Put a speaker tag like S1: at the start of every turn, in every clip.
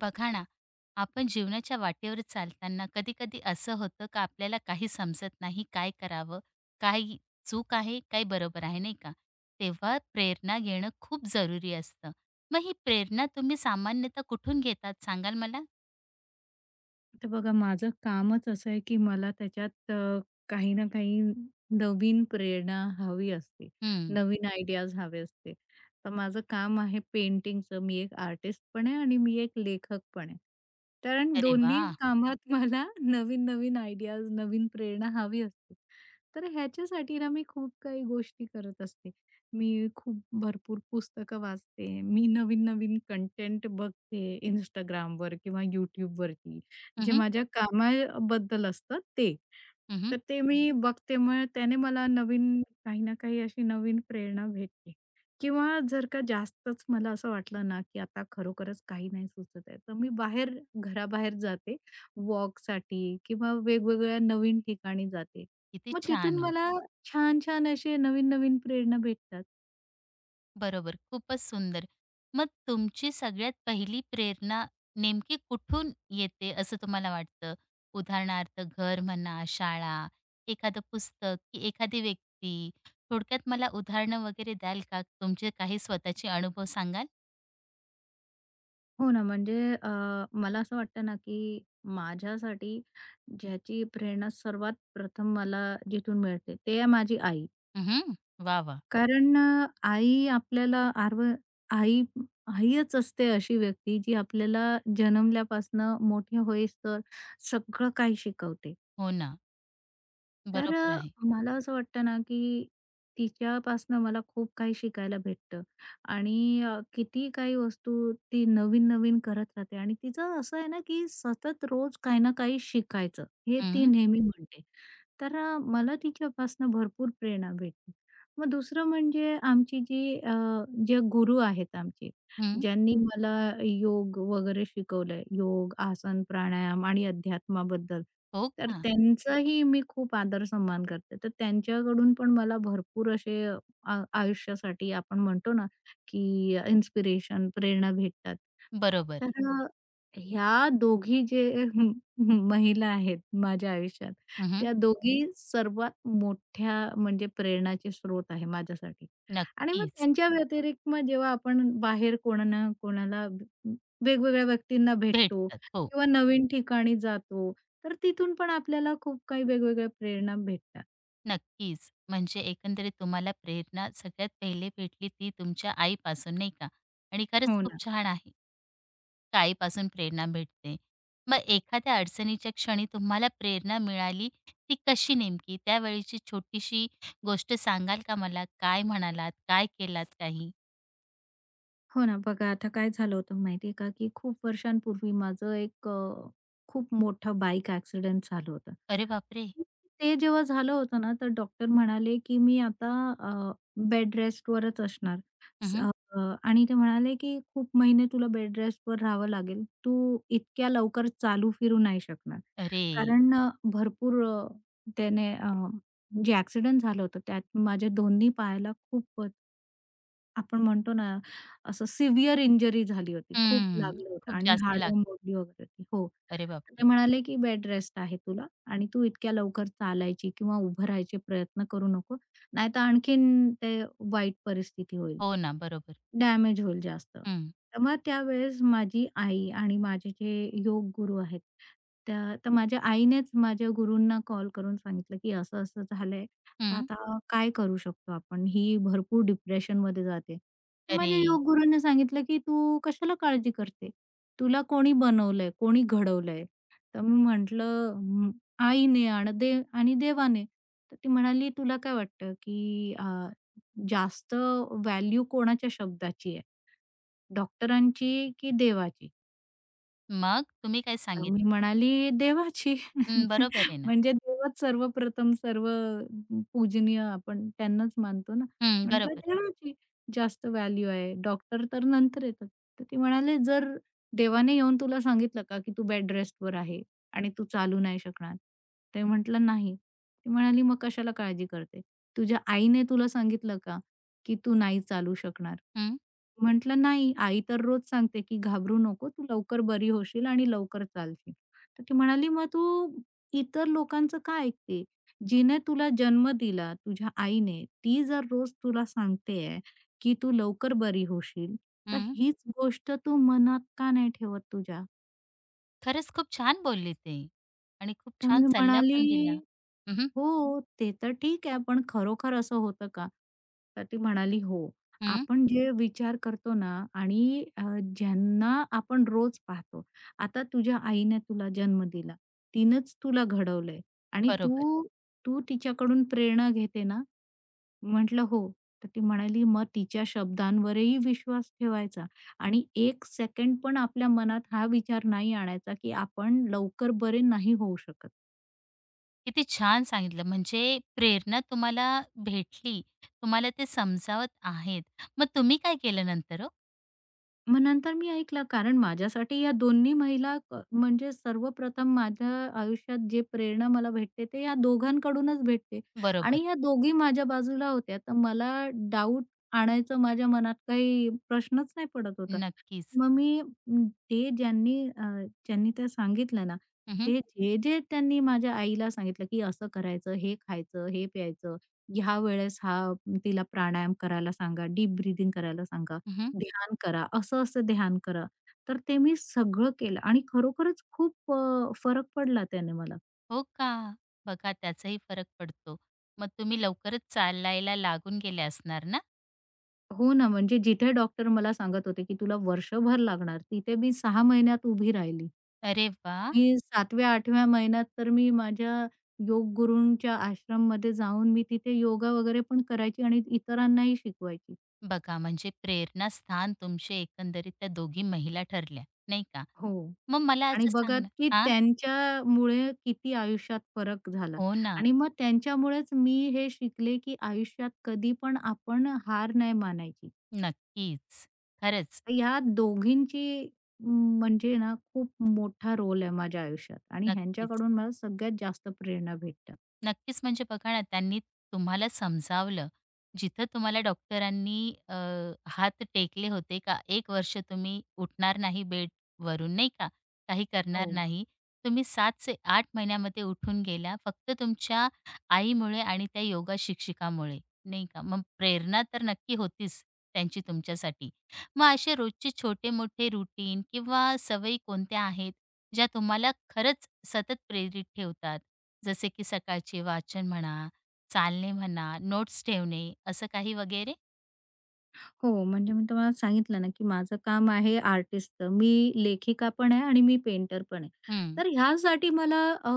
S1: बघा ना, आपण जीवनाच्या वाटेवर चालताना कधी-कधी असं होतं का आपल्याला काही समजत नाही, काय करावं? काय चूक आहे, काय बरोबर आहे, नाही का? तेव्हा प्रेरणा घेणं खूप जरुरी असतं. मग ही प्रेरणा तुम्ही सामान्यतः कुठून घेतात सांगाल मला?
S2: तर बघा माझं कामच असं आहे की मला त्याच्यात काही ना काही नवीन प्रेरणा हवी असते.
S1: हं.
S2: नवीन आयडियाज हवे असते. तर माझं काम आहे पेंटिंगचं. मी एक आर्टिस्ट पण आहे आणि मी एक लेखक पण आहे. कारण
S1: अरे
S2: दोन्ही
S1: वाह!
S2: कामात मला नवीन-नवीन आयडियाज, नवीन प्रेरणा हवी असते. तर ह्याच्यासाठी ना मी खूप काही गोष्टी करत असते. मी खूप भरपूर पुस्तकं वाचते. मी नवीन-नवीन कंटेंट बघते Instagramवर किंवा YouTubeवरती.
S1: हं,
S2: जे
S1: हं.
S2: माझ्या कामाबद्दल असतं ते. तर ते मी बघते मग त्याने मला नवीन काही ना काही अशी नवीन प्रेरणा भेटते. किंवा जर का जास्तच मला असं वाटलं ना, की आता खरोखरच काही नाही सुचत आहे, तर मी बाहेर घराबाहेर जाते वॉकसाठी किंवा वेगवेगळ्या नवीन ठिकाणी जाते.
S1: किती
S2: मग तिथून
S1: छान
S2: मला छान-छान असे नवीन-नवीन प्रेरणा भेटतात.
S1: बरोबर. खूपच सुंदर. मग तुमची सगळ्यात पहिली प्रेरणा नेमकी कुठून येते असं तुम्हाला वाटतं? उदाहरणार्थ घर म्हणा, शाळा, एखादं पुस्तक की एखादी व्यक्ती? थोडक्यात मला उदाहरणं वगैरे द्याल का? तुमचे काही स्वतःचे अनुभव सांगाल?
S2: हो ना, म्हणजे अ, मला असं वाटतं ना, की माझ्यासाठी ज्याची प्रेरणा सर्वात प्रथम मला जिथून मिळते ते आहे माझी आई.
S1: हं. वाह!
S2: कारण आई आपल्याला आई आईच असते अशी व्यक्ती जी आपल्याला जन्मल्यापासनं मोठे होईस्तोवर सगळं काही शिकवते.
S1: हो ना.
S2: तर
S1: बरोबर आहे.
S2: मला असं वाटतं ना, की तिच्यापासनं मला खूप काही शिकायला भेटतं आणि किती काही वस्तू ती नवीन-नवीन करत राहते आणि तिचं असं आहे ना, की सतत रोज काही ना काही शिकायचं, हे ती
S1: हं,
S2: नेहमी म्हणते. तर मला तिच्यापासनं भरपूर प्रेरणा भेटली. मग दुसरं म्हणजे आमची जी जे गुरु आहेत आमचे,
S1: हं.
S2: ज्यांनी हं. मला योग वगैरे शिकवलंय. योग, आसन, प्राणायाम आणि अध्यात्माबद्दल.
S1: हो
S2: तर
S1: का?
S2: त्यांचाही मी खूप आदर-सन्मान करते. तर त्यांच्याकडून पण मला भरपूर असे आयुष्यासाठी आपण म्हणतो ना, की इन्स्पिरेशन, प्रेरणा भेटतात.
S1: बरोबर.
S2: तर हं. ह्या दोघी जे महिला आहेत माझ्या आयुष्यात,
S1: हं,
S2: त्या दोघी सर्वात मोठ्या म्हणजे प्रेरणाचे स्रोत आहे माझ्यासाठी. आणि मग
S1: नक्कीच.
S2: त्यांच्या व्यतिरिक्त मग जेव्हा आपण बाहेर कोणाला कोणाला वेगवेगळ्या व्यक्तींना भेटतो
S1: भेटतात. हो.
S2: किंवा नवीन ठिकाणी जातो, तर तिथून पण आपल्याला खूप काही वेगवेगळ्या प्रेरणा भेटतात.
S1: नक्कीच. म्हणजे एकंदरीत तुम्हाला प्रेरणा सगळ्यात पहिले भेटली ती तुमच्या आईपासून, नाही का? आणि खरंच
S2: हो ना.
S1: खूप छान आहे, का आईपासून प्रेरणा भेटते. मग एखाद्या अडचणीच्या क्षणी तुम्हाला प्रेरणा मिळाली, ती कशी नेमकी? त्यावेळीची छोटीशी गोष्ट सांगाल का मला? काय म्हणालात? काय केलात काही?
S2: हो ना, बघा आता काय झालं होतं माहिती आहे का, की खूप वर्षांपूर्वी माझं एक खूप मोठा बाईक ॲक्सिडेंट झालं होतं.
S1: अरे बापरे!
S2: ते जेव्हा झालं होतं ना, तर डॉक्टर म्हणाले, की मी आता अ, बेड रेस्टवरच असणार. स
S1: हं,
S2: अ, आणि ते म्हणाले, की "खूप महिने तुला बेड रेस्टवर राहावं लागेल. तू इतक्या लवकर चालू फिरू नाही शकणार."
S1: अरे!
S2: कारण भरपूर त्याने अ, जे ॲक्सिडेंट झालं होतं त्यात माझ्या दोन्ही पायाला खूप आपण म्हणतो ना, असं सिव्हिअर इंजुरी झाली होती. खूप
S1: हं.
S2: लागलं होतं
S1: खूप
S2: आणि
S1: जास्त
S2: हाडं
S1: लागतं.
S2: मोडली वगैरे होती. हो.
S1: अरे
S2: तर
S1: बापरे!
S2: ते म्हणाले, की "बेड रेस्ट आहे तुला आणि तू इतक्या लवकर चालायची किंवा उभं राहायचे प्रयत्न करू नको. नाहीतर आणखीन ते वाईट परिस्थिती होईल.
S1: हो ना, बरोबर.
S2: डॅमेज होईल जास्त."
S1: हं,
S2: तर मग त्यावेळेस माझी आई आणि माझे जे योग गुरु आहेत, त्या तर माझ्या आईनेच माझ्या गुरूंना कॉल करून सांगितलं, की असं-असं झालंय. तर
S1: हं.
S2: आता काय करू शकतो आपण? ही भरपूर डिप्रेशनमध्ये जाते. तर
S1: अरे!
S2: माझ्या योग गुरूंनी सांगितलं, की "तू कशाला काळजी करते? तुला कोणी बनवलंय? कोणी घडवलंय?" तर मी म्हटलं, "हं, आईने आणि देव आणि देवाने." तर ती म्हणाली, "तुला काय वाटतं, की जास्त व्हॅल्यू कोणाच्या शब्दाची आहे? डॉक्टरांची की देवाची?"
S1: मग तुम्ही काय
S2: तर मी
S1: सांगितलं?
S2: म्हणाली देवाची.
S1: हं, बरोबर आहे ना.
S2: म्हणजे देवच सर्वप्रथम सर्व पूजनीय आपण त्यांनाच मानतो ना.
S1: हं,
S2: म्हटलं
S1: बरोबर.
S2: देवाची जास्त व्हॅल्यू आहे. डॉक्टर तर नंतर येतात. तर ती म्हणाले, "जर देवाने येऊन तुला सांगितलं का, की तू बेड रेस्टवर आहे आणि तू चालू नाही शकणार?" ते म्हटलं, "नाही." ती म्हणाली, "मग कशाला काळजी करते? तुझ्या आईने तुला सांगितलं का, की तू नाही चालू शकणार.
S1: हं,
S2: म्हटलं, "नाही, आई तर रोज सांगते की घाबरू नको, तू लवकर बरी होशील आणि लवकर चालशील." तर ती म्हणाली, "मग तू इतर लोकांचं का ऐकते? जिने तुला जन्म दिला, तुझ्या आईने, ती जर रोज तुला सांगते आहे की तू लवकर बरी होशील, तर
S1: हं.
S2: हीच गोष्ट तू मनात का नाही ठेवत तुझ्या?"
S1: खरंच खूप छान बोलले ते आणि खूप
S2: तर
S1: छान
S2: मी
S1: सल्ला
S2: म्हणाली
S1: पण दिला. हं, हं,
S2: हो, ते तर ठीक आहे. पण खरोखर असं होतं का? तर ती म्हणाली, "हो." आपण जे विचार करतो ना आणि ज्यांना आपण रोज पाहतो. आता तुझ्या आईने तुला जन्म दिला. तिनंच तुला घडवलंय आणि
S1: बरोबर.
S2: तू तू तिच्याकडून प्रेरणा घेते ना? म्हटलं, "हो." तर ती म्हणाली, "मग तिच्या शब्दांवरही विश्वास ठेवायचा आणि 1 सेकंड पण आपल्या मनात हा विचार नाही आणायचा, की आपण लवकर बरे नाही होऊ शकत."
S1: किती छान सांगितलं. म्हणजे प्रेरणा तुम्हाला भेटली, तुम्हाला ते समजावत आहेत. मग तुम्ही काय केलं नंतर हो?
S2: मग नंतर मी ऐकलं, कारण माझ्यासाठी या दोन्ही महिला म्हणजे सर्वप्रथम माझ्या आयुष्यात जे प्रेरणा मला भेटते ते या दोघांकडूनच भेटते
S1: बरोबर.
S2: आणि या दोघी माझ्या बाजूला होत्या. तर मला डाऊट आणायचं माझ्या मनात काही प्रश्नच नाही पडत होता.
S1: नक्कीच.
S2: मग मी ज्यांनी ते सांगितलं ना,
S1: हं, हं,
S2: ते जे-जे त्यांनी माझ्या आईला सांगितलं, की असं करायचं, हे खायचं, हे प्यायचं, ह्या वेळेस हा तिला प्राणायाम करायला सांगा, डीप ब्रीथिंग करायला सांगा, ध्यान करा, असं-असं ध्यान करा. तर ते मी सगळं केलं आणि खरोखरच खूप फरक पडला त्याने मला.
S1: हो का? बघा त्याचाही फरक पडतो. मग तुम्ही लवकरच चालायला लागून गेले असणार ना?
S2: हो ना, म्हणजे जिथे डॉक्टर मला सांगत होते, की तुला वर्षभर लागणार, तिथे मी 6 महिन्यात उभी राहिली.
S1: अरे वाह!
S2: आणि 7व्या-8व्या महिन्यात तर मी माझ्या योग गुरूंच्या आश्रममध्ये जाऊन मी तिथे योगा वगैरे पण करायची आणि इतरांनाही शिकवायची.
S1: बघा म्हणजे प्रेरणास्थान तुमचे एकंदरीत त्या दोघी महिला ठरल्या, नाही का?
S2: हो.
S1: मग मला
S2: आणि
S1: असं
S2: बघा,
S1: सांग ना
S2: की
S1: हां,
S2: त्यांच्यामुळे किती आयुष्यात फरक झाला.
S1: हो ना,
S2: आणि मग त्यांच्यामुळेच मी हे शिकले, की आयुष्यात कधी पण आपण हार नाही मानायची.
S1: नक्कीच. खरंच,
S2: ह्या दोघींची म, म्हणजे ना खूप मोठा रोल आहे माझ्या आयुष्यात आणि
S1: नक्कीच.
S2: ह्यांच्याकडून मला सगळ्यात जास्त प्रेरणा भेटते.
S1: नक्कीच. म्हणजे बघा ना, त्यांनी तुम्हाला समजावलं. जिथं तुम्हाला डॉक्टरांनी हात टेकले होते का एक वर्ष तुम्ही उठणार नाही बेडवरून, नाही का? काही
S2: हो
S1: करणार नाही. तुम्ही 7 ते 8 महिन्यामध्ये उठून गेला, फक्त तुमच्या आईमुळे आणि त्या योगा शिक्षिकामुळे, नाही का? मग प्रेरणा तर नक्की होतीच त्यांची तुमच्यासाठी. मग असे रोजचे छोटे-मोठे रुटीन किंवा सवयी कोणत्या आहेत, ज्या तुम्हाला खरंच सतत प्रेरित ठेवतात? जसे की सकाळचे वाचन म्हणा, चालणे म्हणा, नोट्स ठेवणे असं काही वगैरे?
S2: हो, म्हणजे मी तुम्हाला सांगितलं ना, की माझं काम आहे आर्टिस्टचं. मी लेखिका पण आहे आणि मी पेंटर पण आहे.
S1: हं.
S2: तर ह्यासाठी मला अ,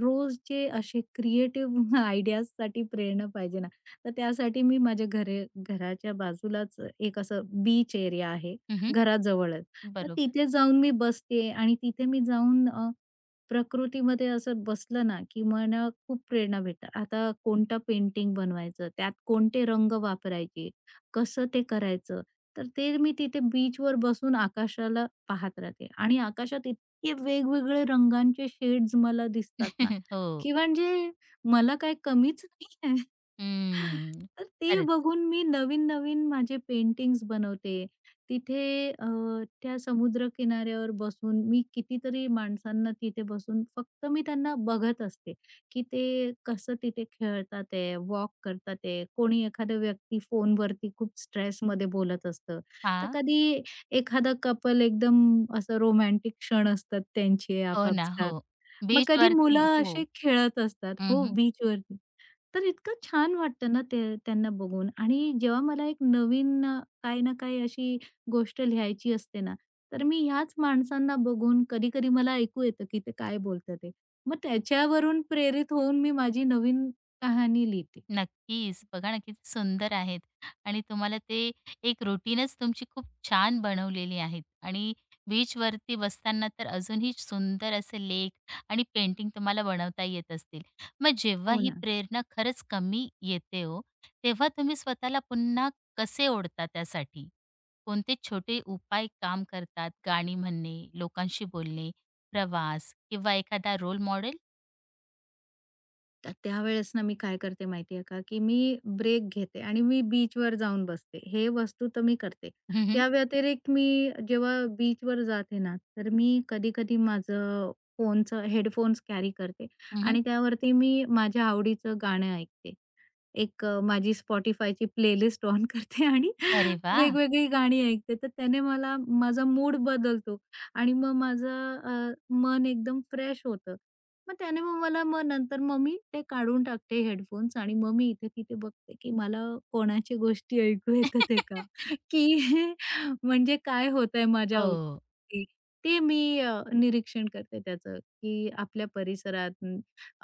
S2: रोज जे असे क्रिएटिव्ह आयडियाजसाठी प्रेरणा पाहिजे ना, तर त्यासाठी मी माझ्या घरे घराच्या बाजूलाच एक असं बीच एरिया आहे,
S1: हं, हं.
S2: घराजवळच. तर
S1: बरोबर.
S2: तिथे जाऊन मी बसते आणि तिथे मी जाऊन प्रकृतीमध्ये असं बसलं ना, की मला खूप प्रेरणा भेटतात. आता कोणतं पेंटिंग बनवायचं, त्यात कोणते रंग वापरायचे कसं ते करायचं? तर ते मी तिथे बीचवर बसून आकाशाला पाहत राहते आणि आकाशात इतके वेगवेगळे रंगांचे शेड्स मला दिसतात ना,
S1: हो.
S2: की म्हणजे मला काय कमीच नाही आहे.
S1: हम्म.
S2: तर ते
S1: खरंच.
S2: बघून मी नवीन-नवीन माझे पेंटिंग्स बनवते. तिथे त्या समुद्र किनाऱ्यावर बसून मी कितीतरी माणसांना तिथे बसून फक्त मी त्यांना बघत असते. की ते कसं तिथे खेळतात आहे, वॉक करतात आहे. कोणी एखादा व्यक्ती फोनवरती खूप स्ट्रेसमध्ये बोलत असतं. तर
S1: हां.
S2: कधी एखादा कपल एकदम असं रोमॅन्टिक क्षण असतात त्यांचे
S1: हो ना. हो.
S2: आपापसात. मग कधी
S1: बीचवरती.
S2: मुलं
S1: हो.
S2: असे खेळत असतात हो
S1: हं,
S2: बीचवर तर इतकं छान वाटतं ना ते त्यांना बघून आणि जेव्हा मला एक नवीन काही ना काही अशी गोष्ट लिहायची असते ना, तर मी ह्याच माणसांना बघून कधी-कधी मला ऐकू येतं की ते काय बोलतात ते. मग त्याच्यावरून प्रेरित होऊन मी माझी नवीन कहाणी लिहिते.
S1: नक्कीच. बघा ना, किती सुंदर आहेत आणि तुम्हाला ते एक रुटीनच तुमची खूप छान बनवलेली आहेत आणि बीचवरती बसताना तर अजूनही सुंदर असे लेख आणि पेंटिंग तुम्हाला बनवता येत असतील. मग जेव्हा
S2: हो
S1: ही
S2: ना.
S1: प्रेरणा खरंच कमी येते हो, तेव्हा तुम्ही स्वतःला पुन्हा कसे ओढता त्यासाठी? कोणते छोटे उपाय काम करतात? गाणी म्हणणे, लोकांशी बोलणे, प्रवास किंवा एखादा रोल मॉडेल?
S2: तर त्यावेळेस ना मी काय करते माहितीये का, की मी ब्रेक घेते आणि मी बीचवर जाऊन बसते. हे वस्तू तर मी करते.
S1: हं, हं.
S2: त्या व्यतिरिक्त मी जेव्हा बीचवर जाते ना, तर मी कधी-कधी माझं फोनचं हेडफोन्स कॅरी करते आणि त्यावरती मी माझ्या आवडीचं गाणं ऐकते. एक माझी Spotifyची प्लेलिस्ट ऑन करते आणि
S1: अरे वाह!
S2: वेगवेगळी गाणी ऐकते. तर त्याने मला माझा मूड बदलतो आणि मग माझं मन एकदम फ्रेश होतं मग त्याने मग मला मग नंतर मग मी ते काढून टाकते हेडफोन्स आणि मग मी इथे-तिथे बघते, की मला कोणाच्या गोष्टी ऐकू येतात आहे का? की म्हणजे काय होतंय माझ्या
S1: हो.
S2: अवती? ते मी निरीक्षण करते त्याचं, की आपल्या परिसरात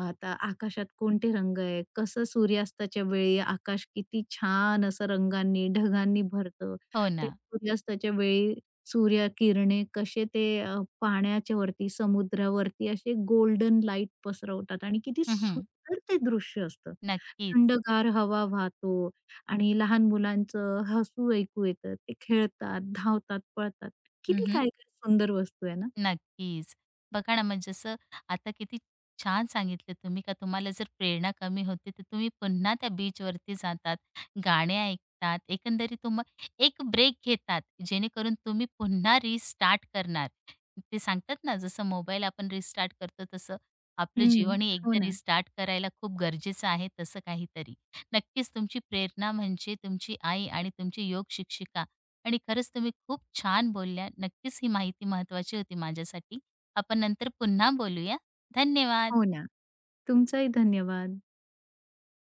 S2: आता आकाशात कोणते रंग आहे? कसं सूर्यास्ताच्या वेळी आकाश किती छान असं रंगांनी, ढगांनी भरतं.
S1: हो
S2: ते
S1: ना.
S2: सूर्यास्ताच्या वेळी सूर्यकिरणे कसे ते पाण्याच्या वरती, समुद्रावरती असे गोल्डन लाईट पसरवतात आणि किती
S1: हं, हं.
S2: सुंदर ते दृश्य असतं.
S1: नक्कीच.
S2: थंडगार हवा वाहतो आणि लहान मुलांचं हसू ऐकू येतं. ते खेळतात, धावतात, पळतात. किती
S1: हं,
S2: काय-काय सुंदर वस्तू आहे ना?
S1: नक्कीच. बघा ना, मग जसं आता किती छान सांगितलं तुम्ही का तुम्हाला जर प्रेरणा कमी होते, तर तुम्ही पुन्हा त्या बीचवरती जातात, गाणे ऐकतात, एकंदरीत तुम्हा एक ब्रेक घेतात, जेणेकरून तुम्ही पुन्हा रिस्टार्ट करणार. ते सांगतात ना, जसं मोबाईल आपण रिस्टार्ट करतो, तसं आपलं
S2: हं.
S1: जीवनही
S2: हो
S1: एकदा
S2: ना.
S1: रिस्टार्ट करायला खूप गरजेचं आहे, तसं काहीतरी. नक्कीच तुमची प्रेरणा म्हणजे तुमची आई आणि तुमची योग शिक्षिका आणि खरंच तुम्ही खूप छान बोलल्या. नक्कीच ही माहिती महत्त्वाची होती माझ्यासाठी. आपण नंतर पुन्हा बोलूया. धन्यवाद.
S2: हो ना. तुमचाही धन्यवाद.